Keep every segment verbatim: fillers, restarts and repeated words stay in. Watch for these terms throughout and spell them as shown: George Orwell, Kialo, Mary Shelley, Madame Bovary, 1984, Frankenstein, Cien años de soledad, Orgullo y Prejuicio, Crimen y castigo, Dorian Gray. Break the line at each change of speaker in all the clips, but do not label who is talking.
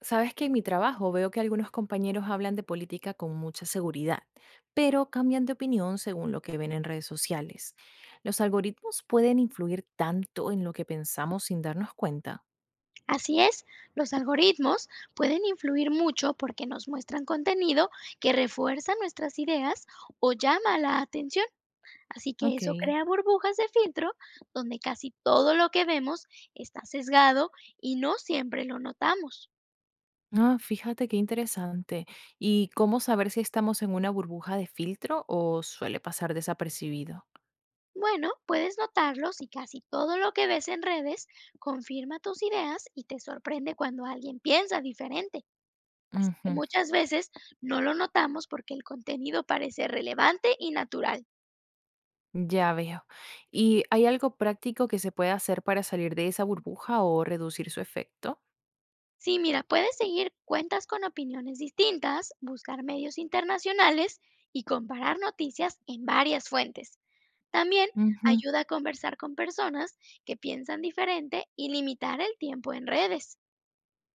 Sabes que en mi trabajo veo que algunos compañeros hablan de política con mucha seguridad, pero cambian de opinión según lo que ven en redes sociales. ¿Los algoritmos pueden influir tanto en lo que pensamos sin darnos cuenta?
Así es, los algoritmos pueden influir mucho porque nos muestran contenido que refuerza nuestras ideas o llama la atención. Así que
Ok.
eso crea burbujas de filtro donde casi todo lo que vemos está sesgado y no siempre lo notamos.
Ah, fíjate qué interesante. ¿Y cómo saber si estamos en una burbuja de filtro o suele pasar desapercibido?
Bueno, puedes notarlo si casi todo lo que ves en redes confirma tus ideas y te sorprende cuando alguien piensa diferente. Así
Ujú,
que muchas veces no lo notamos porque el contenido parece relevante y natural.
ya veo. ¿Y hay algo práctico que se pueda hacer para salir de esa burbuja o reducir su efecto?
Sí, mira, puedes seguir cuentas con opiniones distintas, buscar medios internacionales y comparar noticias en varias fuentes. También ayuda a conversar con personas que piensan diferente y limitar el tiempo en redes.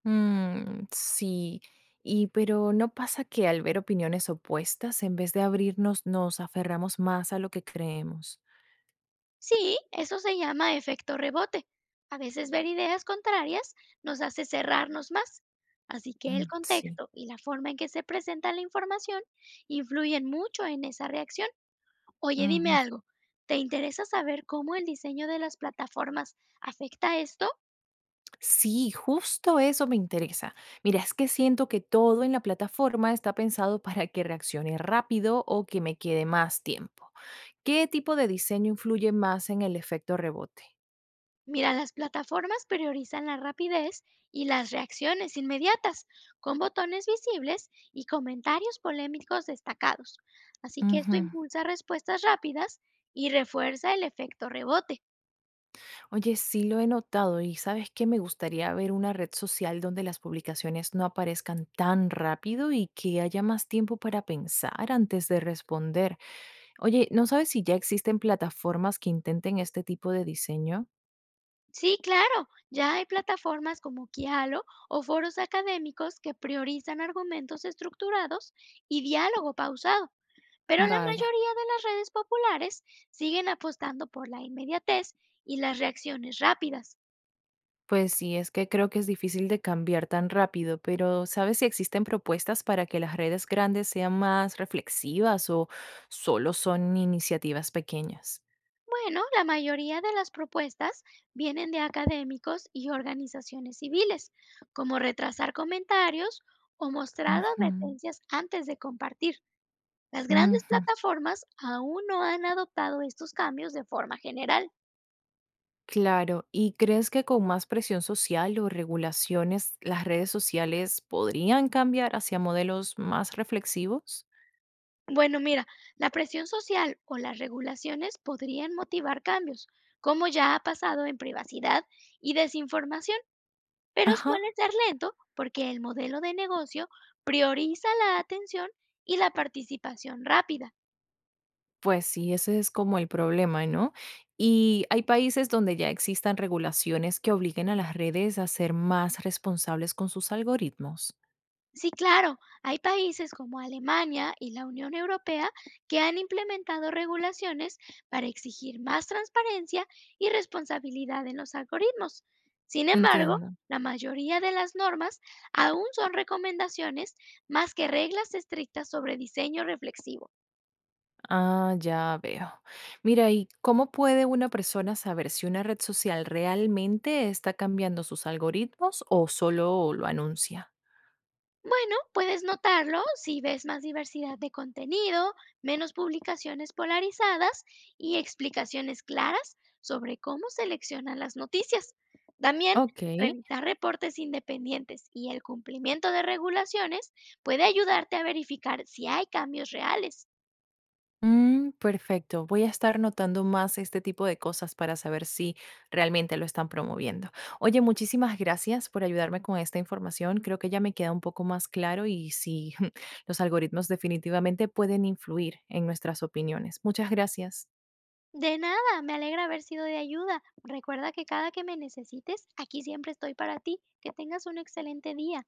Mm, sí. Y pero ¿no pasa que al ver opiniones opuestas, en vez de abrirnos, nos aferramos más a lo que creemos?
Sí, eso se llama efecto rebote. A veces ver ideas contrarias nos hace cerrarnos más. Así que el
Mm, sí.
contexto y la forma en que se presenta la información influyen mucho en esa reacción. Oye, dime
Ujú.
algo, ¿te interesa saber cómo el diseño de las plataformas afecta esto?
Sí, justo eso me interesa. Mira, es que siento que todo en la plataforma está pensado para que reaccione rápido o que me quede más tiempo. ¿Qué tipo de diseño influye más en el efecto rebote?
Mira, las plataformas priorizan la rapidez y las reacciones inmediatas, con botones visibles y comentarios polémicos destacados. Así que esto impulsa respuestas rápidas y refuerza el efecto rebote.
Oye, sí lo he notado y sabes que me gustaría ver una red social donde las publicaciones no aparezcan tan rápido y que haya más tiempo para pensar antes de responder. Oye, ¿no sabes si ya existen plataformas que intenten este tipo de diseño?
Sí, claro, ya hay plataformas como Kialo o foros académicos que priorizan argumentos estructurados y diálogo pausado. Pero la
Vaya,
mayoría de las redes populares siguen apostando por la inmediatez y las reacciones rápidas.
pues sí, es que creo que es difícil de cambiar tan rápido, pero ¿sabes si existen propuestas para que las redes grandes sean más reflexivas o solo son iniciativas pequeñas?
Bueno, la mayoría de las propuestas vienen de académicos y organizaciones civiles, como retrasar comentarios o mostrar
Ujú,
advertencias antes de compartir. Las grandes
ujú.
plataformas aún no han adoptado estos cambios de forma general.
Claro, ¿y crees que con más presión social o regulaciones las redes sociales podrían cambiar hacia modelos más reflexivos?
Bueno, mira, la presión social o las regulaciones podrían motivar cambios, como ya ha pasado en privacidad y desinformación, pero
Ajá,
suele ser lento porque el modelo de negocio prioriza la atención y la participación rápida.
pues sí, ese es como el problema, ¿no? Y hay países donde ya existan regulaciones que obliguen a las redes a ser más responsables con sus algoritmos.
Sí, claro. Hay países como Alemania y la Unión Europea que han implementado regulaciones para exigir más transparencia y responsabilidad en los algoritmos. Sin embargo,
Entiendo.
la mayoría de las normas aún son recomendaciones más que reglas estrictas sobre diseño reflexivo.
Ah, ya veo. Mira, ¿y cómo puede una persona saber si una red social realmente está cambiando sus algoritmos o solo lo anuncia?
Bueno, puedes notarlo si ves más diversidad de contenido, menos publicaciones polarizadas y explicaciones claras sobre cómo seleccionan las noticias. También,
Ok,
revisar reportes independientes y el cumplimiento de regulaciones puede ayudarte a verificar si hay cambios reales.
mm, perfecto. Voy a estar notando más este tipo de cosas para saber si realmente lo están promoviendo. Oye, muchísimas gracias por ayudarme con esta información. Creo que ya me queda un poco más claro y si los algoritmos definitivamente pueden influir en nuestras opiniones. Muchas gracias.
De nada, me alegra haber sido de ayuda. Recuerda que cada que me necesites, aquí siempre estoy para ti. Que tengas un excelente día.